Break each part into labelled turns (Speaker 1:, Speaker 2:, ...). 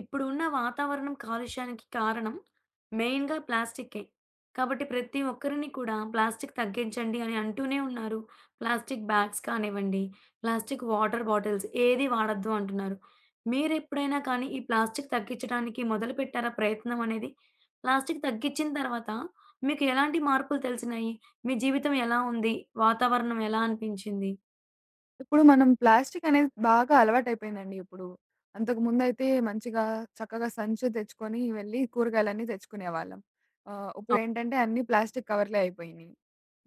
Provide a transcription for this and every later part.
Speaker 1: ఇప్పుడు ఉన్న వాతావరణం కాలుష్యానికి కారణం మెయిన్‌గా ప్లాస్టికే. కాబట్టి ప్రతి ఒక్కరిని కూడా ప్లాస్టిక్ తగ్గించండి అని అంటూనే ఉన్నారు. ప్లాస్టిక్ బ్యాగ్స్ కానివ్వండి, ప్లాస్టిక్ వాటర్ బాటిల్స్ ఏది వాడొద్దు అంటున్నారు. మీరెప్పుడైనా కానీ ఈ ప్లాస్టిక్ తగ్గించడానికి మొదలుపెట్టారా ప్రయత్నం అనేది? ప్లాస్టిక్ తగ్గించిన తర్వాత మీకు ఎలాంటి మార్పులు తెలిసినాయి? మీ జీవితం ఎలా ఉంది? వాతావరణం ఎలా అనిపించింది?
Speaker 2: ఇప్పుడు మనం ప్లాస్టిక్ అనేది బాగా అలవాటైపోయిందండి ఇప్పుడు. అంతకుముందయితే మంచిగా చక్కగా సంచి తెచ్చుకొని వెళ్ళి కూరగాయలన్నీ తెచ్చుకునేవాళ్ళం.
Speaker 1: అవ్.
Speaker 2: ఇప్పుడేంటంటే అన్నీ ప్లాస్టిక్ కవర్‌లే అయిపోయినియి.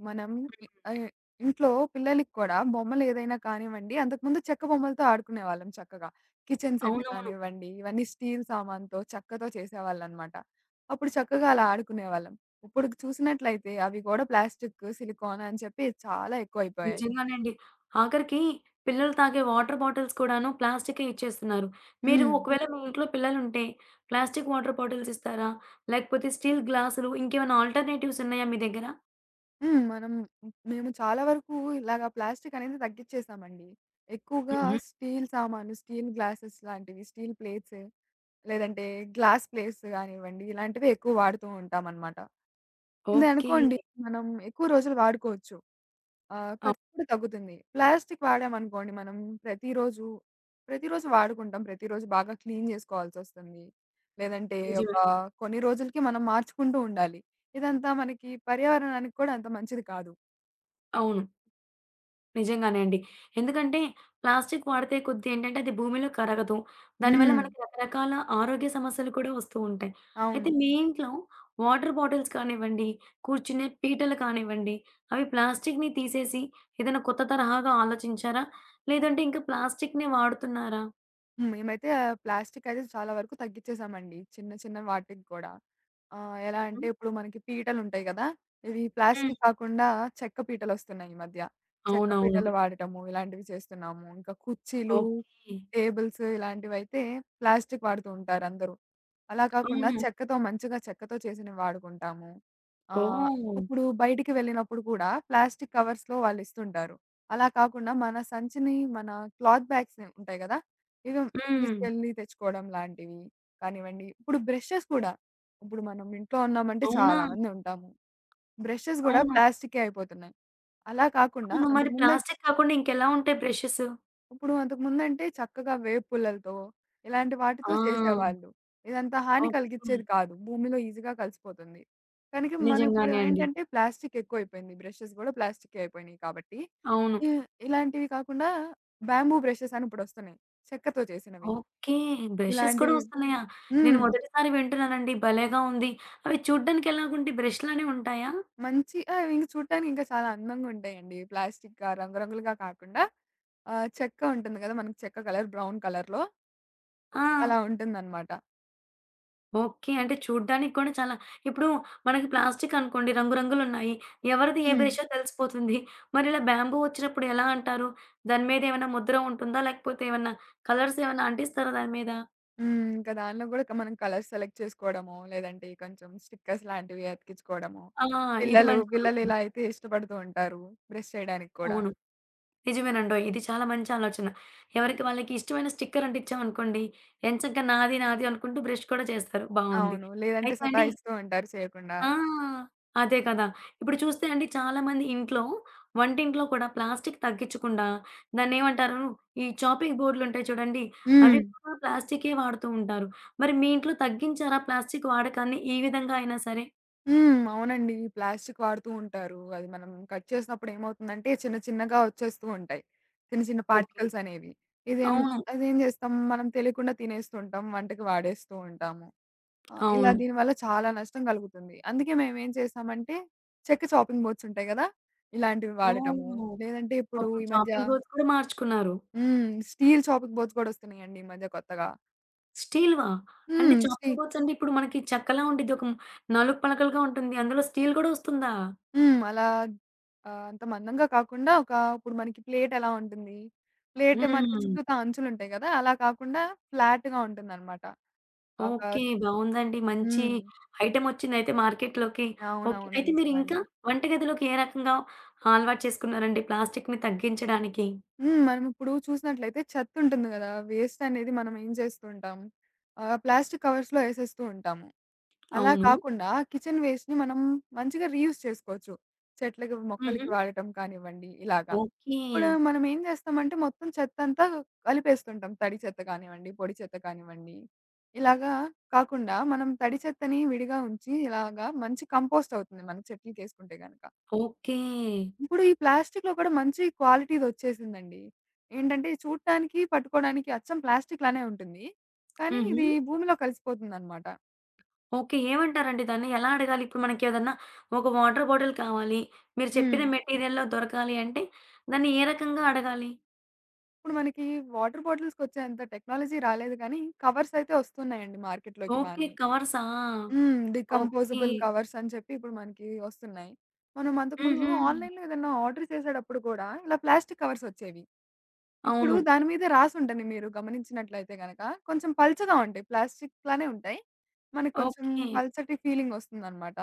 Speaker 2: మనం ఇ ఆహ్, ఇంట్లో పిల్లలకి కూడా బొమ్మలేదైనా కానివ్వండి, అంతకుముందు చెక్క బొమ్మలతో ఆడుకునేవాళ్ళం చక్కగా. కిచెన్ సెట్
Speaker 1: అవునవును.
Speaker 2: కానివ్వండి, ఇవన్నీ స్టీల్ సామానుతో, చెక్కతో చేసేవాళ్ళనమాట. అప్పుడు చక్కగా అలా ఆడుకునేవాళ్ళం. ఇప్పుడు చూసినట్లయితే అవి కూడా ప్లాస్టిక్, సిలికాన్ అని చెప్పి చాలా ఎక్కువైపోయాయి.
Speaker 1: నిజంగానండి. ఆఖరికి పిల్లలు తాగే వాటర్ బాటిల్స్ కూడాను ప్లాస్టికే ఇచ్చేస్తున్నారు. మీరు
Speaker 2: హ్మ్.
Speaker 1: ఒకవేళ మీ ఇంట్లో పిల్లలుంటే ప్లాస్టిక్ వాటర్ బాటిల్స్ ఇస్తారా? లేకపోతే స్టీల్ గ్లాసులు ఇంకేమైనా ఆల్టర్‌నేటివ్స్ ఉన్నాయా మీ దగ్గర?
Speaker 2: హ్మ్. మనం మేము చాలా వరకు ఇలాగ ప్లాస్టిక్ అనేది తగ్గిచ్చేసామండి. ఎక్కువగా
Speaker 1: హుహు.
Speaker 2: స్టీల్ సామాను, స్టీల్ గ్లాసెస్ లాంటివి, స్టీల్ ప్లేట్స్ లేదంటే గ్లాస్ ప్లేట్స్ గానివ్వండి, ఇలాంటివి ఎక్కువ వాడుతూ ఉంటామనమాట.
Speaker 1: ఓకే.
Speaker 2: ఇదనుకోండి మనం ఎక్కువ రోజులు వాడుకోవచ్చు. ఖర్చు
Speaker 1: అవును.
Speaker 2: కూడా తగ్గుతుంది. ప్లాస్టిక్ వాడామనుకోండి మనం ప్రతిరోజు, ప్రతిరోజు వాడుకుంటాం. ప్రతిరోజు బాగా క్లీన్ జేసుకోవాల్సొస్తుంది. లేదంటే
Speaker 1: నిజమే.
Speaker 2: ఒక కొన్ని రోజులకి మనం మార్చుకుంటూ ఉండాలి. ఇదంతా మనకి పర్యావరణానికి కూడా అంత మంచిది కాదు.
Speaker 1: అవును. నిజంగానే అండి. ఎందుకంటే ప్లాస్టిక్ వాడితే కొద్దీ ఏంటంటే అది భూమిలో కరగదు. దానివల్ల
Speaker 2: హ్మ్.
Speaker 1: మనకి రకరకాల ఆరోగ్య సమస్యలు కూడా వస్తూ ఉంటాయి. అయితే
Speaker 2: అవును.
Speaker 1: మీ ఇంట్లో వాటర్ బాటిల్స్ కానివ్వండి, కూర్చునే పీటలు కానివ్వండి, అవి ప్లాస్టిక్‌ని తీసేసి ఏదైనా కొత్త తరహాగా ఆలోచించారా? లేదంటే ఇంకా ప్లాస్టిక్‌నే వాడుతున్నారా?
Speaker 2: మేమైతే ఆ ప్లాస్టిక్ అయితే చాలా వరకు తగ్గిచ్చేసామండి. చిన్న చిన్న వాటికి గూడా. ఆ! ఎలా
Speaker 1: హుహు.
Speaker 2: అంటే ఇప్పుడు మనకి పీటలుంటాయి గదా! ఇవి
Speaker 1: హ్మ్.
Speaker 2: ప్లాస్టిక్ కాకుండా చెక్క పీటలొస్తున్నాయి ఈ మధ్య. చెక్క
Speaker 1: అవునవును.
Speaker 2: పీటలు వాడటము ఇలాంటివి చేస్తున్నాము. ఇంకా కుర్చీలు,
Speaker 1: ఓకే.
Speaker 2: టేబుల్స్ ఇలాంటివైతే ప్లాస్టిక్ వాడుతూ ఉంటారందరూ. అలా కాకుండా
Speaker 1: అవును.
Speaker 2: చెక్కతో మంచిగా చెక్కతో చేసినవి వాడుకుంటాము. ఆహ్,
Speaker 1: ఓహ్!
Speaker 2: ఇప్పుడు బయటికి వెళ్ళినప్పుడు కూడా ప్లాస్టిక్ కవర్స్‌లో వాళ్ళిస్తుంటారు. అలా కాకుండా మన సంచిని మన క్లాత్ బ్యాగ్స్ ఉంటాయి గదా! ఇవి
Speaker 1: హ్మ్.
Speaker 2: తీసుకెళ్ళి తెచ్చుకోవడం లాంటివి కానివ్వండి. ఇప్పుడు బ్రషెస్ కూడా ఇప్పుడు మనం ఇంట్లో ఉన్నామంటే
Speaker 1: అవునా?
Speaker 2: చాలా మంది ఉంటాము. బ్రషెస్ గూడా
Speaker 1: అవును.
Speaker 2: ప్లాస్టికే అయిపోతున్నాయి. అలా కాకుండా
Speaker 1: అవును. మరి
Speaker 2: అంతకుముందయి
Speaker 1: ప్లాస్టిక్ కాకుండా ఇంకెలా ఉంటాయి బ్రషెస్?
Speaker 2: ఇప్పుడు అంతకుముందంటే చక్కగా వేపుపుల్లలతో, ఇలాంటి వాటితో
Speaker 1: ఆ!
Speaker 2: చేసేవాళ్ళు. ఇదంతా హాని
Speaker 1: ఓకే.
Speaker 2: కలిగించేది కాదు. భూమిలో ఈజీగా కలిసిపోతుంది. కనుక మనం ఇప్పుడు
Speaker 1: నిజంగానే అండి.
Speaker 2: ఏంటంటే ప్లాస్టిక్ ఎక్కువైపోయింది. బ్రషెస్ గూడా ప్లాస్టికే అయిపోయినాయి కాబట్టి,
Speaker 1: అవును.
Speaker 2: ఇ ఇలాంటివి కాకుండా బ్యాంబూ బ్రషెస్ అని ఇప్పుడొస్తున్నాయి. చెక్కతో చేసినవి.
Speaker 1: ఓకే. బ్రషెస్ కూడా
Speaker 2: ఇలాంటివి
Speaker 1: వస్తున్నాయా? నేను
Speaker 2: హ్మ్.
Speaker 1: మొదటిసారి వింటున్నానండి. భలేగా ఉంది. అవి చూడ్డానికి ఎలాగుంటాయి? బ్రష్‌లానే ఉంటాయా?
Speaker 2: మంచి ఆ! ఇంక చూడటానికి ఇంకా చాలా అందంగా ఉంటాయండి. ప్లాస్టిక్‌గా రంగురంగులుగా కాకుండా చెక్క ఉంటుంది కదా! మనకి చెక్క కలర్ బ్రౌన్ కలర్‌లో
Speaker 1: ఆ!
Speaker 2: అలా ఉంటుందనమాట.
Speaker 1: ఓకే. అంటే చూడ్డానికి కూడా చాలా ఇప్పుడు మనకి ప్లాస్టిక్ అనుకోండి రంగురంగులున్నాయి. ఎవరిది ఏ
Speaker 2: హ్మ్.
Speaker 1: బ్రషో తెలిసిపోతుంది. మరి ఇలా బ్యాంబూ వచ్చినప్పుడు ఎలా అంటారు? దాని మీద ఏమైనా ముద్ర ఉంటుందా? లేకపోతే ఏమన్నా కలర్స్ ఏమన్నా అంటిస్తారా దాని మీద?
Speaker 2: ఇంకా దానిలో కూడా మనం కలర్స్ సెలెక్ట్ చేసుకోవడమో, లేదంటే కొంచెం స్టిక్కర్స్ లాంటివి అతికించుకోవడమో.
Speaker 1: ఆ! ఇది
Speaker 2: పిల్లలు
Speaker 1: మంచి
Speaker 2: పిల్లలు
Speaker 1: ఆలోచన.
Speaker 2: ఇలా అయితే ఇష్టపడుతూ ఉంటారు. బ్రష్ చేయడానికి కూడా.
Speaker 1: అవును. నిజమేనండోయ్! ఇది చాలా మంచి ఆలోచన. ఎవరికి వాళ్ళకి ఇష్టమైన స్టిక్కర్ అంటిచ్చామనుకోండి, ఎంచక్కా నాది, నాది అనుకుంటూ బ్రష్ కూడా చేస్తారు. బావుంది.
Speaker 2: అవును. లేదంటే
Speaker 1: అయితే అండి,
Speaker 2: సతాయిస్తూ ఉంటారు చేయకుండా.
Speaker 1: ఆ! అదే కదా! ఇప్పుడు చూస్తే అండి చాలామంది ఇంట్లో, వంటింట్లో కూడా ప్లాస్టిక్ తగ్గిచ్చకుండా దాన్నేమంటారు, ఈ చాపింగ్ బోర్డ్‌లుంటాయి చూడండి, అవి
Speaker 2: హ్మ్.
Speaker 1: కూడా ప్లాస్టికే వాడుతూ ఉంటారు. మరి మీ ఇంట్లో తగ్గించారా ప్లాస్టిక్ వాడకాన్ని ఈ విధంగా అయినా సరే?
Speaker 2: అవునండి. ప్లాస్టిక్ వాడుతూ ఉంటారు. అది మనం కట్ చేసినప్పుడు ఏమవుతుందంటే చిన్న చిన్నగా వచ్చేస్తూ ఉంటాయి. చిన్న చిన్న
Speaker 1: ఓకే.
Speaker 2: పార్టికల్స్ అనేవి. ఇదేం
Speaker 1: అవును.
Speaker 2: అదేం చేస్తాం మనం తెలియకుండా తినేస్తుంటాం. వంటకి వాడేస్తూ ఉంటాము. ఇలా
Speaker 1: అవును.
Speaker 2: దీనివల్ల చాలా నష్టం కలుగుతుంది. అందుకే మేమేం చేసామంటే చెక్క చాపింగ్ బోర్డ్స్ ఉంటాయి గదా! ఇలాంటివి వాడటము.
Speaker 1: ఓహ్!
Speaker 2: లేదంటే ఇప్పుడు
Speaker 1: ఓకే.
Speaker 2: ఈ మధ్య
Speaker 1: చాపింగ్ బోర్డ్స్ కూడా మార్చుకున్నారు.
Speaker 2: స్టీల్ చాపింగ్ బోర్డ్స్ గూడా వస్తున్నాయండి ఈ మధ్య కొత్తగా.
Speaker 1: స్టీల్‌వా? అంటే
Speaker 2: హ్మ్. స్టీ
Speaker 1: చాపింగ్ బోర్డ్స్ అంటే ఇప్పుడు మనకి చెక్కలా ఉండిద్ది. ఒక నాలుగు పలకలుగా ఉంటుంది. అందులో స్టీల్ గూడా వస్తుందా?
Speaker 2: హ్మ్. అంత మందంగా కాకుండా ఇప్పుడు మనకి ప్లేట్ ఎలా ఉంటుంది? ప్లేట్ మనకి
Speaker 1: హ్మ్.
Speaker 2: చుట్టూతా అంచులుంటాయి గదా! అలా కాకుండా ఫ్లాట్‌గా ఉంటుందనమాట. ఒక
Speaker 1: ఓకే. బావుందండి. మంచి
Speaker 2: హ్మ్.
Speaker 1: ఐటెమ్ వచ్చిందయితే మార్కెట్‌లోకి. ఓకే.
Speaker 2: అవునవును.
Speaker 1: అయితే మీరు ఇంకా
Speaker 2: నిజమండి.
Speaker 1: వంటగదిలోకి ఏ రకంగా అలవాటు చేసుకున్నారండి ప్లాస్టిక్‌ని తగ్గించడానికి?
Speaker 2: మనమిప్పుడు చూసినట్లయితే చెత్తుంటుంది గదా! వేస్ట్ అనేది మనం ఏం చేస్తూ ఉంటాం? ప్లాస్టిక్ కవర్స్‌లో ఏసేస్తూ ఉంటాము. అలా
Speaker 1: అవును.
Speaker 2: కాకుండా కిచెన్ వేస్ట్‌ని మనం మంచిగా రీయూజ్ చేసుకోవచ్చు. చెట్లకి,
Speaker 1: హుహు.
Speaker 2: మొక్కలకి వాడటం కానివ్వండి ఇలాగ.
Speaker 1: ఓకే.
Speaker 2: ఇప్పుడు మనం ఏం చేస్తామంటే మొత్తం చెత్తంతా కలిపేస్తుంటాం. తడి చెత్త కానివ్వండి, పొడి చెత్త కానివ్వండి. ఇలాగా కాకుండా మనం తడి చెత్తని విడిగా ఉంచి ఇలాగా మంచి కంపోస్ట్ అవుతుంది మన చెట్లకేసుకుంటే గనక.
Speaker 1: ఓకే.
Speaker 2: ఇప్పుడు ఈ ప్లాస్టిక్‌లో కూడా మంచి క్వాలిటీదొచ్చేసిందండి. ఏంటంటే ఇది చూడటానికి, పట్టుకోవడానికి అచ్చం ప్లాస్టిక్ లానే ఉంటుంది. కానీ
Speaker 1: హుహు.
Speaker 2: ఇది భూమిలో కలిసిపోతుందనమాట.
Speaker 1: ఓకే. ఏమంటారండి దాన్ని? ఎలా అడగాలి? ఇప్పుడు మనకి ఏదన్నా ఒక వాటర్ బాటిల్ కావాలి. మీరు
Speaker 2: హ్మ్.
Speaker 1: చెప్పిన మెటీరియల్‌లో దొరకాలి అంటే దాన్ని ఏ రకంగా అడగాలి?
Speaker 2: ఇప్పుడు మనకి వాటర్ బాటిల్స్‌కొచ్చేంత టెక్నాలజీ రాలేదు కానీ కవర్స్ అయితే వస్తున్నాయండి మార్కెట్‌లోకి
Speaker 1: ఓకే.
Speaker 2: బానే.
Speaker 1: కవర్సా? ఓకే.
Speaker 2: డీకంపోజబుల్ కవర్స్ అని చెప్పి ఇప్పుడు మనకి వస్తున్నాయి. మనం అంతకుముందు
Speaker 1: హుహు.
Speaker 2: ఆన్‌లైన్‌లో ఏదన్నా ఆర్డర్ చేసేటప్పుడు కూడా ఇలా ప్లాస్టిక్ కవర్స్ వచ్చేవి. ఇప్పుడు
Speaker 1: అవును.
Speaker 2: దాని మీద రాసుంటది మీరు గమనించినట్లయితే గనక. కొంచెం పల్చగా ఉంటాయి. ప్లాస్టిక్ లానే ఉంటాయి. మనకు కొంచెం
Speaker 1: ఓకే.
Speaker 2: పల్చటి ఫీలింగ్ వస్తుందన్నమాట.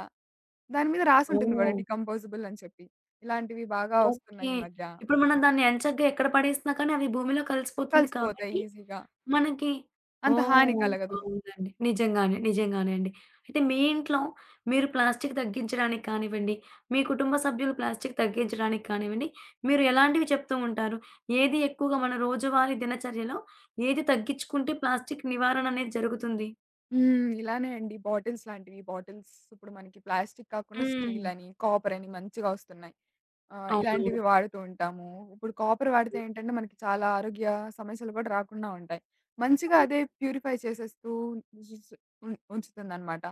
Speaker 2: దాని మీద రాసుంటుంది గూడా
Speaker 1: ఓహ్!
Speaker 2: డీకంపోజబుల్ అని చెప్పి. ఇలాంటివి బాగా
Speaker 1: ఓకే.
Speaker 2: వస్తున్నాయి ఈ మధ్య.
Speaker 1: ఇప్పుడు మనం దాన్ని ఎంచక్కా ఎక్కడ పడేసినా కానీ అవి భూమిలో కలిసిపోతుంది
Speaker 2: కలిసిపోతాయి
Speaker 1: కాబట్టి
Speaker 2: ఈజీగా.
Speaker 1: మనకి
Speaker 2: అంత హాని
Speaker 1: ఓహ్!
Speaker 2: కలగదు.
Speaker 1: బావుందండి. నిజంగానే. నిజంగానే అండి. అయితే మీ ఇంట్లో మీరు ప్లాస్టిక్ తగ్గించడానికి కానివ్వండి, మీ కుటుంబ సభ్యులు ప్లాస్టిక్ తగ్గించడానికి కానివ్వండి, మీరు ఎలాంటివి చెప్తూ ఉంటారు? ఏది ఎక్కువగా మన రోజువారీ దినచర్యలో ఏది తగ్గించుకుంటే ప్లాస్టిక్ నివారణ అనేది జరుగుతుంది?
Speaker 2: ఇలానే అండి. బాటిల్స్ లాంటివి. బాటిల్స్ ఇప్పుడు మనకి ప్లాస్టిక్ కాకుండా
Speaker 1: హ్మ్.
Speaker 2: స్టీల్ అని, కాపర్ అని మంచిగా వస్తున్నాయి. ఆ!
Speaker 1: అవును.
Speaker 2: ఇలాంటివి వాడుతూ ఉంటాము. ఇప్పుడు కాపర్ వాడితే ఏంటంటే, మనకి చాలా ఆరోగ్య సమస్యలు కూడా రాకుండా ఉంటాయి. మంచిగా అదే ప్యూరిఫై చేసేస్తూ జుజు ఉంచుతుందనమాట.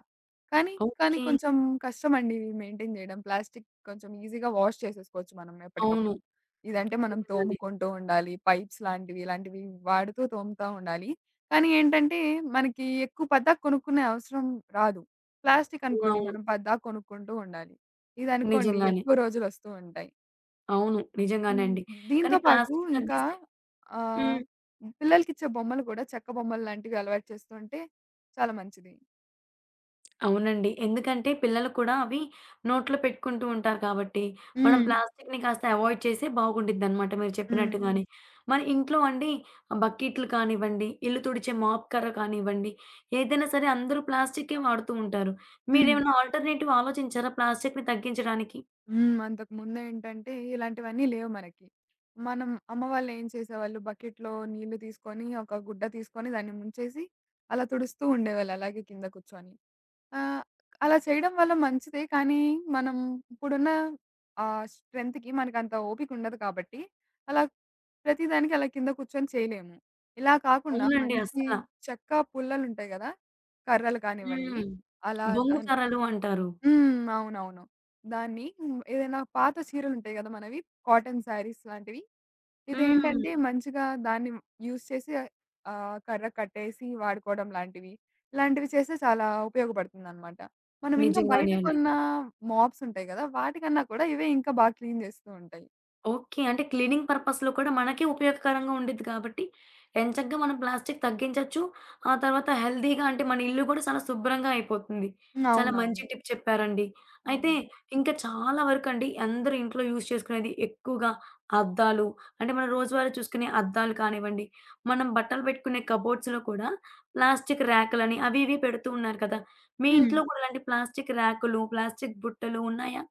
Speaker 2: కానీ, కానీ
Speaker 1: ఓకే.
Speaker 2: కొంచెం కష్టమండి ఇవి మెయింటైన్ చేయడం. ప్లాస్టిక్ కొంచెం ఈజీగా వాష్ చేసేసుకోవచ్చు మనం
Speaker 1: అవును.
Speaker 2: ఎప్పటికప్పుడు. ఇదంటే మనం
Speaker 1: నిజంగానే.
Speaker 2: తోముకుంటూ ఉండాలి. పైప్స్ లాంటివి, ఇలాంటివి వాడుతూ తోముతా ఉండాలి. కానీ ఏంటంటే, మనకి ఎక్కువ పద్దాక కొనుక్కునే అవసరం రాదు. ప్లాస్టిక్ అనుకోండి
Speaker 1: అవునవును.
Speaker 2: మనం పద్దాక కొనుక్కుంటూ ఉండాలి. ఇదనుకోండి
Speaker 1: నిజంగానే.
Speaker 2: ఎక్కువ రోజులొస్తూ ఉంటాయి.
Speaker 1: అవును. నిజంగానే
Speaker 2: హ్మ్.
Speaker 1: అండి. కానీ
Speaker 2: దీంతో పాటు
Speaker 1: ప్లాస్టిక్
Speaker 2: ఇంకా
Speaker 1: తగ్గిస్తే
Speaker 2: ఆహ్,
Speaker 1: హ్మ్.
Speaker 2: పిల్లలకిచ్చే బొమ్మలు గూడా చెక్క బొమ్మలు లాంటివి అలవాటు చేస్తుంటే చాలా మంచిది.
Speaker 1: అవునండి. ఎందుకంటే పిల్లలు కూడా అవి నోట్లో పెట్టుకుంటూ ఉంటారు కాబట్టి, మనం
Speaker 2: హ్మ్.
Speaker 1: ప్లాస్టిక్‌ని కాస్త అవాయిడ్ చేస్తే బాగుండిద్దనమాట మీరు
Speaker 2: హ్మ్.
Speaker 1: చెప్పినట్టుగానే. మరి ఇంట్లో అండి బకెట్లు కానివ్వండి, ఇల్లు తుడిచే మాప్ కర్ర కానివ్వండి, ఏదైనా సరే అందరూ ప్లాస్టిక్కే వాడుతూ ఉంటారు.
Speaker 2: హ్మ్.
Speaker 1: మీరేమైనా ఆల్టర్‌నేటివ్ ఆలోచించారా ప్లాస్టిక్‌ని తగ్గించడానికి?
Speaker 2: హ్మ్. అంతకుముందేంటంటే ఇలాంటివన్నీ లేవు మనకి. మనం అమ్మ వాళ్ళేం చేసేవాళ్ళు బకెట్‌లో నీళ్లు తీసుకొని, ఒక గుడ్డ తీసుకొని దాన్ని ముంచేసి అలా తుడుస్తూ ఉండేవాళ్ళు అలాగే కింద కూర్చొని. ఆ! అలా చేయడం వల్ల మంచిదే. కానీ మనం ఇప్పుడున్న స్ట్రెంత్‌కి మనకంత ఓపికుండదు కాబట్టి, అలా ప్రతి దానికి అలా కింద కూర్చొని చేయలేము. ఇలా కాకుండా
Speaker 1: అవునండి.
Speaker 2: మంచి
Speaker 1: అస్సల.
Speaker 2: చెక్క పుల్లలుంటాయి గదా! కర్రలు కానివ్వండి,
Speaker 1: హ్మ్.
Speaker 2: అలా
Speaker 1: బొంగు
Speaker 2: దాన్ని
Speaker 1: కర్రలు అంటారు.
Speaker 2: హ్మ్. అవునవును. దాన్ని హ్మ్. ఏదైనా పాత చీరలుంటాయి గదా! మనవి కాటన్ శారీస్ లాంటివి.
Speaker 1: హ్మ్.
Speaker 2: ఇదేంటంటే మంచిగా దాన్ని యూజ్ చేసి కర్ర కట్టేసి వాడుకోవడం లాంటివి. ఇలాంటివి చేస్తే చాలా ఉపయోగపడుతుందనమాట. మనం ఇంకా బయట
Speaker 1: నిజంగానే అండి.
Speaker 2: కొన్న మాప్స్ ఉంటాయి గదా! వాటికన్నా కూడా ఇవే ఇంకా బాగా క్లీన్ చేస్తూ ఉంటాయి.
Speaker 1: ఓకే. అంటే క్లీనింగ్ పర్పస్‌లో కూడా మనకే ఉపయోగకరంగా ఉండిద్ది కాబట్టి, ఎంచక్కా మనం ప్లాస్టిక్ తగ్గించొచ్చు. ఆ తర్వాత హెల్తీగా అంటే మన ఇల్లు కూడా చాలా శుభ్రంగా అయిపోతుంది.
Speaker 2: హ్మ్.
Speaker 1: చాలా మంచి
Speaker 2: అవునవును.
Speaker 1: టిప్ చెప్పారండి. అయితే
Speaker 2: అవును.
Speaker 1: ఇంకా చాలా వరకండి అందరూ ఇంట్లో యూజ్ చేసుకునేది ఎక్కువగా అద్దాలు. అంటే మనం రోజువారీ చూసుకునే అద్దాలు కానివ్వండి, మనం బట్టలు పెట్టుకునే కబోర్డ్స్‌లో కూడా ప్లాస్టిక్ ర్యాకులని అవి ఇవి పెడుతూ ఉన్నారు కదా! మీ
Speaker 2: హ్మ్.
Speaker 1: ఇంట్లో కూడా ఇలాంటి ప్లాస్టిక్ ర్యాకులు, ప్లాస్టిక్ బుట్టలు ఉన్నాయా?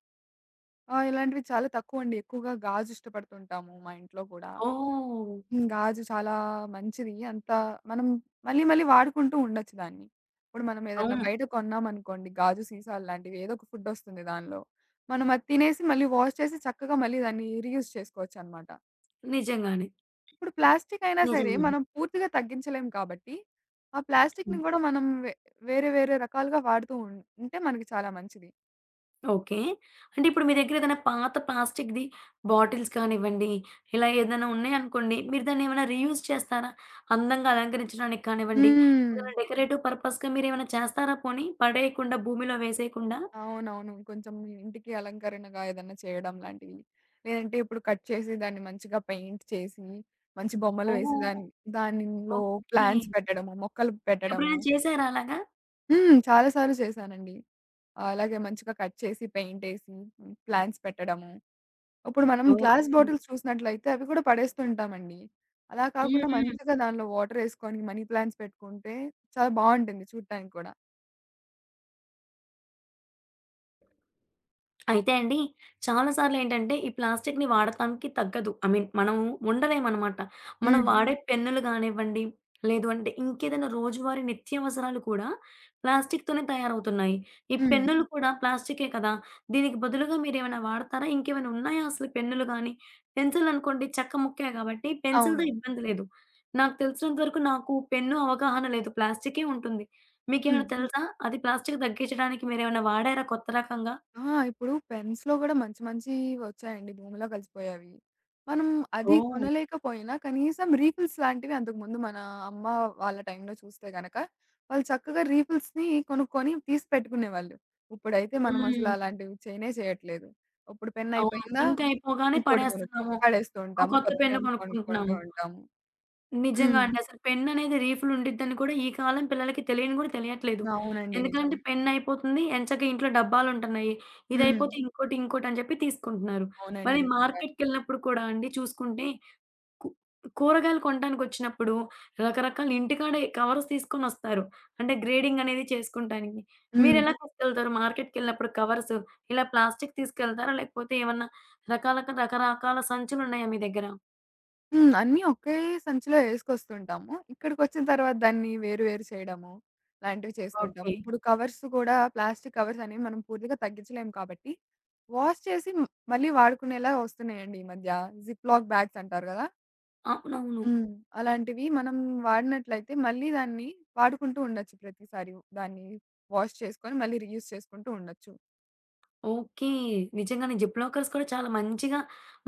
Speaker 2: ఆ! ఇలాంటివి చాలా తక్కువండి. ఎక్కువగా గాజు ఇష్టపడుతుంటాము మా ఇంట్లో కూడా.
Speaker 1: ఓహ్!
Speaker 2: గాజు చాలా మంచిది. మనం మళ్ళీ మళ్ళీ వాడుకుంటూ ఉండొచ్చు దాన్ని. ఇప్పుడు మనం ఏదన్నా
Speaker 1: అవును.
Speaker 2: బయట కొన్నామనుకోండి గాజు సీసాలు లాంటివి ఏదో ఒక ఫుడ్ ఒస్తుంది దానిలో. మనం అది తినేసి మళ్ళీ వాష్ చేసి చక్కగా మళ్ళీ దాన్ని రీయూజ్ చేసుకోవచ్చనమాట.
Speaker 1: నిజంగానే.
Speaker 2: ఇప్పుడు ప్లాస్టిక్ అయినా సరే
Speaker 1: నిజంగానే.
Speaker 2: మనం పూర్తిగా తగ్గించలేం కాబట్టి, ఆ
Speaker 1: హ్మ్.
Speaker 2: ప్లాస్టిక్‌ని గూడా మనం వేరే వేరే రకాలుగా వాడుతూ ఉంటే మనకి చాలా మంచిది.
Speaker 1: ఓకే. అంటే ఇప్పుడు మీ దగ్గర ఏదైనా పాత ప్లాస్టిక్‌ది బాటిల్స్ కానివ్వండి, ఇలా ఏదైనా ఉన్నాయనుకోండి, మీరు దాన్నేమైనా రీయూజ్ చేస్తారా? అందంగా అలంకరించడానికి కానివ్వండి,
Speaker 2: హ్మ్.
Speaker 1: ఏదైనా డెకరేటివ్ పర్పస్‌గా మీరేమైనా చేస్తారా పోనీ? పడేయకుండా, భూమిలో వేసేయకుండా?
Speaker 2: అవునవును. కొంచెం ఇంటికి అలంకరణగా ఏదన్నా చేయడం లాంటివి. లేదంటే ఇప్పుడు కట్ చేసి దాన్ని మంచిగా పెయింట్ చేసి, మంచి బొమ్మలు వేసి
Speaker 1: ఓహ్!
Speaker 2: దాన్ని దానిలో
Speaker 1: ఓకే.
Speaker 2: ప్లాంట్స్ పెట్టడము, మొక్కలు పెట్టడము.
Speaker 1: ఎప్పుడైనా చేశారా అలాగా?
Speaker 2: చాలా సార్లు చేశానండి. అలాగే మంచిగా కట్ చేసి, పెయింటేసి, ప్లాంట్స్ పెట్టడము. ఇప్పుడు మనం గ్లాస్
Speaker 1: ఓకే.
Speaker 2: బాటిల్స్ చూసినట్లయితే అవి కూడా పడేస్తుంటామండి. అలా కాకుండా
Speaker 1: హ్మ్. హ్మ్.
Speaker 2: మంచిగా దానిలో వాటరేసుకొని మనీ ప్లాంట్స్ పెట్టుకుంటే చాలా బావుంటుంది చూడటానికి కూడా.
Speaker 1: అయితే అండి, చాలా సార్లేంటంటే ఈ ప్లాస్టిక్‌ని వాడతానికి తగ్గదు. ఐ మీన్ మనం ఉండలేమనమాట. మనం
Speaker 2: హ్మ్.
Speaker 1: వాడే పెన్నులు గానివ్వండి, లేదు అంటే ఇంకేదైనా రోజువారీ నిత్యావసరాలు కూడా ప్లాస్టిక్‌తోనే తయారవుతున్నాయి. ఈ
Speaker 2: హ్మ్.
Speaker 1: పెన్నులు కూడా ప్లాస్టికే కదా! దీనికి బదులుగా మీరేమైనా వాడతారా? ఇంకేమైనా ఉన్నాయా అసలు పెన్నులు గాని? పెన్సిలనుకోండి చెక్క ముక్కే కాబట్టి పెన్సిల్‌తో
Speaker 2: అవును.
Speaker 1: ఇబ్బంది లేదు. నాకు తెలిసినంత వరకు నాకు పెన్ను అవగాహన లేదు. ప్లాస్టికే ఉంటుంది. మీకేమైనా
Speaker 2: హ్మ్.
Speaker 1: తెలుసా? అది ప్లాస్టిక్ తగ్గించడానికి మీరేమైనా వాడారా కొత్త రకంగా?
Speaker 2: ఆ! ఇప్పుడు పెన్స్‌లో గూడా మంచి మంచియి వచ్చాయండి. భూమిలో కలిసిపోయేవి. మనం
Speaker 1: ఓ
Speaker 2: అది కొనలేకపోయినా కనీసం రీఫిల్స్ లాంటివి అంతకుముందు మన అమ్మ వాళ్ళ టైంలో చూస్తే గనక, వాళ్ళు చక్కగా రీఫిల్స్‌ని కొనుక్కొని తీసి పెట్టుకునేవాళ్ళు. ఇప్పుడైతే మనం అసలు
Speaker 1: హ్మ్.
Speaker 2: అలాంటివి చేయనే చేయట్లేదు. ఇప్పుడు పెన్
Speaker 1: అవును.
Speaker 2: అయిపోయిందా?
Speaker 1: ఇంక్ అయిపోగానే
Speaker 2: ఇంకోటి కొను
Speaker 1: పడేస్తున్నాము.
Speaker 2: పడేస్తూ
Speaker 1: ఒక
Speaker 2: ఉంటాము.
Speaker 1: కొత్త
Speaker 2: కొత్త
Speaker 1: పెన్ను
Speaker 2: పెన్ కొనుక్కుంటూ
Speaker 1: కొనుక్కుంటున్నాము.
Speaker 2: ఉంటాము.
Speaker 1: నిజంగా
Speaker 2: హ్మ్.
Speaker 1: అండి. అసలు పెన్ అనేది రీఫిల్ ఉండిద్దని కూడా ఈ కాలం పిల్లలకి తెలియని కూడా తెలియట్లేదు.
Speaker 2: అవునండి. నిజం.
Speaker 1: ఎందుకంటే పెన్ అయిపోతుంది. ఎంచక ఇంట్లో డబ్బాలుంటున్నాయి.
Speaker 2: హ్మ్.
Speaker 1: ఇదయిపోతే ఇంకోటి, ఇంకోటి అని చెప్పి తీసుకుంటున్నారు.
Speaker 2: అవునండి.
Speaker 1: మరి
Speaker 2: నిజంగానే.
Speaker 1: మార్కెట్‌కెళ్ళినప్పుడు కూడా అండి చూసుకుంటే కు కూరగాయలు కొనటానికొచ్చినప్పుడు రకరకాల ఇంటికాడే కవర్స్ తీసుకొనొస్తారు. అంటే గ్రేడింగ్ అనేది చేసుకుంటానికి.
Speaker 2: హ్మ్.
Speaker 1: మీరెలా తీసుకెళ్తారు మార్కెట్‌కెళ్ళినప్పుడు కవర్స్? ఇలా ప్లాస్టిక్ తీసుకెళ్తారా? లేకపోతే ఏమన్నా రకరకాల సంచులున్నాయా మీ దగ్గర?
Speaker 2: అన్నీ ఒకే సంచిలో ఏసుకొస్తుంటాము. ఇక్కడికొచ్చిన తర్వాత దాన్ని వేరు వేరు చేయడము, లాంటివి చేస్తుంటాం.
Speaker 1: ఓకే.
Speaker 2: ఇప్పుడు కవర్స్ కూడా ప్లాస్టిక్ కవర్స్ అనేవి మనం పూర్తిగా తగ్గించలేము కాబట్టి, వాష్ చేసి మళ్ళీ వాడుకునేలా వస్తున్నాయండి ఈ మధ్య. జిప్‌లాక్ బ్యాగ్స్ అంటారు గదా!
Speaker 1: అవునవును.
Speaker 2: హ్మ్. అలాంటివి మనం వాడినట్లయితే మళ్ళీ దాన్ని వాడుకుంటూ ఉండొచ్చు ప్రతిసారి. దాన్ని వాష్ చేసుకొని మళ్ళీ రీయూజ్ చేసుకుంటూ ఉండొచ్చు.
Speaker 1: ఓకే. నిజంగానే జిప్ లాకర్స్ కూడా చాలా మంచిగా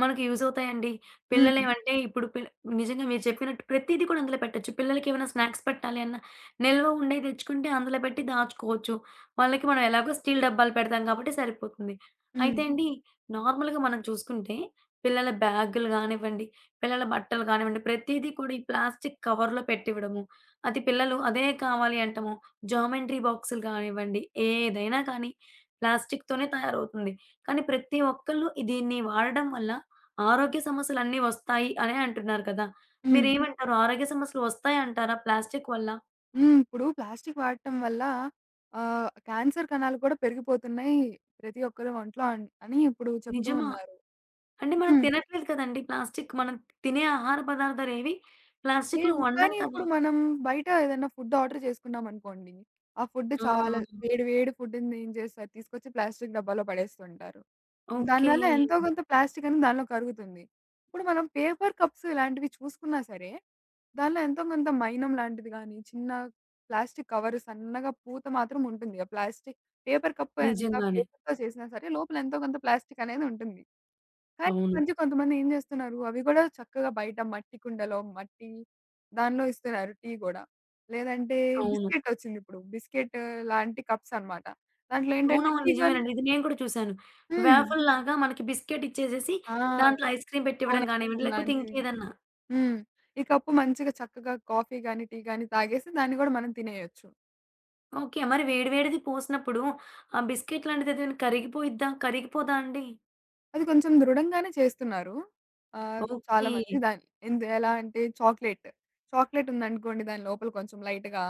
Speaker 1: మనకి యూజ్ అవుతాయండి.
Speaker 2: హ్మ్.
Speaker 1: పిల్లలేమంటే ఇప్పుడు నిజంగా మీరు చెప్పినట్టు ప్రతీది కూడా అందులో పెట్టొచ్చు. పిల్లలకేమైనా స్నాక్స్ పెట్టాలి అన్నా, నిల్వ ఉండేయి తెచ్చుకుంటే అందులో పెట్టి దాచుకోవచ్చు. వాళ్ళకి మనం ఎలాగో స్టీల్ డబ్బాలు పెడతాం కాబట్టి సరిపోతుంది. అయితే
Speaker 2: హ్మ్.
Speaker 1: అండి నార్మల్‌గా మనం చూసుకుంటే పిల్లల బ్యాగులు గానివ్వండి, పిల్లల బట్టలు కానివ్వండి, ప్రతీదీ కూడా ఈ ప్లాస్టిక్ కవర్‌లో పెట్టివ్వడము. అది పిల్లలు అదే కావాలి అంటము. జామెంట్రీ బాక్సులు కానివ్వండి, ఏదైనా కానీ ప్లాస్టిక్‌తోనే తయారవుతుంది. కానీ ప్రతి ఒక్కళ్ళు దీన్ని వాడడం వల్ల ఆరోగ్య సమస్యలన్నీ వస్తాయి అనే అంటున్నారు కదా!
Speaker 2: హ్మ్.
Speaker 1: మీరేమంటారు? ఆరోగ్య సమస్యలు వస్తాయంటారా ప్లాస్టిక్ వల్ల?
Speaker 2: హ్మ్. ఇప్పుడు ప్లాస్టిక్ వాడటం వల్ల క్యాన్సర్ కణాలు కూడా పెరిగిపోతున్నాయి. ప్రతి ఒక్కరి ఒంట్లో అని ఇప్పుడు చెప్తూ
Speaker 1: నిజమా?
Speaker 2: ఉన్నారు.
Speaker 1: అంటే మనం
Speaker 2: హ్మ్.
Speaker 1: తినట్లేదు కదండీ ప్లాస్టిక్. మనం తినే ఆహార పదార్థాలేవి ప్లాస్టిక్‌లో
Speaker 2: లేవు.
Speaker 1: వండం
Speaker 2: కానీ
Speaker 1: కదా!
Speaker 2: ఇప్పుడు మనం బయట ఏదైనా ఫుడ్ ఆర్డర్ చేసుకున్నామనుకోండి. ఆ ఫుడ్
Speaker 1: ఆ!
Speaker 2: చాలా వేడి వేడి ఫుడ్‌ని ఏం చేస్తారు తీసుకొచ్చి ప్లాస్టిక్ డబ్బాలో పడేస్తుంటారు.
Speaker 1: ఓకే.
Speaker 2: దానివల్ల ఎంతో కొంత ప్లాస్టిక్ అనేది దానిలో కరుగుతుంది. ఇప్పుడు మనం పేపర్ కప్స్ ఇలాంటివి చూసుకున్నా సరే, దానిలో ఎంతో కొంత మైనం లాంటిది గానీ, చిన్న ప్లాస్టిక్ కవర్ సన్నగా పూత మాత్రం ఉంటుంది. ఆ ప్లాస్టిక్ పేపర్ కప్ ఎంత
Speaker 1: నిజంగానే.
Speaker 2: పేపర్‌తో చేసినా సరే లోపల ఎంతో కొంత ప్లాస్టిక్ అనేది ఉంటుంది.
Speaker 1: అవును.
Speaker 2: మధ్య కొంతమంది ఏం జేస్తున్నారు, అవి గూడా చక్కగా బయట మట్టి కుండలో, మట్టి దానిలో ఇస్తున్నారు టీ గూడా. లేదంటే
Speaker 1: అవును.
Speaker 2: బిస్కెట్ ఒచ్చిందిప్పుడు. బిస్కెట్ లాంటి కప్స్ అన్నమాట. దాంట్లో ఏంటంటే
Speaker 1: అవునవును.
Speaker 2: టీ గాని
Speaker 1: నిజమేనండి. ఇది నేను కూడా చూసాను.
Speaker 2: హ్మ్.
Speaker 1: వేఫుల్‌లాగా మనకి బిస్కెట్ ఇచ్చేసేసి
Speaker 2: ఆ!
Speaker 1: దాంట్లో ఐస్ క్రీమ్
Speaker 2: కోన్
Speaker 1: పెట్టివ్వడం కానివ్వండి,
Speaker 2: ఐస్‌క్రీమ్
Speaker 1: లేకపోతే
Speaker 2: లాంటివి.
Speaker 1: ఇంకేదన్నా.
Speaker 2: హ్మ్. ఈ కప్పు మంచిగా చక్కగా కాఫీ గాని, టీ గాని తాగేసి దాన్ని గూడా మనం తినేయొచ్చు.
Speaker 1: ఓకే. మరి వేడి వేడిది పోసినప్పుడు ఆ బిస్కెట్ లాంటిదేదైనా కరిగిపోయిద్దా? కరిగిపోదా అండి?
Speaker 2: అది కొంచెం దృఢంగానే చేస్తున్నారు.
Speaker 1: ఓకే.
Speaker 2: చాలామంది దాన్ని ఎలా అంటే చాక్లేట్ ఉందనుకోండి దాని లోపల కొంచెం లైట్‌గా,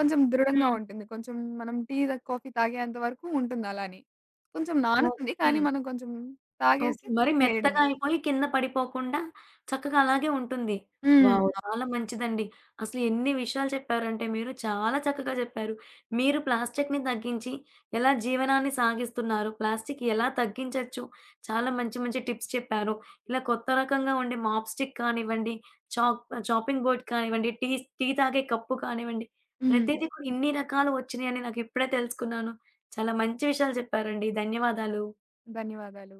Speaker 2: కొంచెం దృఢంగా
Speaker 1: హ్మ్.
Speaker 2: ఉంటుంది. కొంచెం మనం టీ, కాఫీ తాగేంత వరకు ఉంటుంది అలానే. కొంచెం నానుతుంది.
Speaker 1: ఓకే.
Speaker 2: కానీ మనం కొంచెం
Speaker 1: ఓకే.
Speaker 2: తాగేసి
Speaker 1: మరి మెత్తగా
Speaker 2: తినేయడమే.
Speaker 1: అయిపోయి కింద పడిపోకుండా చక్కగా అలాగే ఉంటుంది.
Speaker 2: హ్మ్.
Speaker 1: వావ్! చాలా మంచిదండి. అసలు ఎన్ని విషయాలు చెప్పారంటే మీరు చాలా చక్కగా చెప్పారు. మీరు ప్లాస్టిక్‌ని తగ్గించి ఎలా జీవనాన్ని సాగిస్తున్నారు? ప్లాస్టిక్ ఎలా తగ్గించొచ్చు? చాలా మంచి మంచి టిప్స్ చెప్పారు. ఇలా కొత్త రకంగా ఉండే మాప్ స్టిక్ కానివ్వండి, చాక్ చాపింగ్ బోర్డ్ కానివ్వండి, టీ టీ తాగే కప్పు కానివ్వండి,
Speaker 2: హ్మ్.
Speaker 1: ప్రతీది కూడా ఇన్ని రకాలు వచ్చినాయని నాకు ఇప్పుడే తెలుసుకున్నాను. చాలా మంచి విషయాలు చెప్పారండి. ధన్యవాదాలు.
Speaker 2: ధన్యవాదాలు.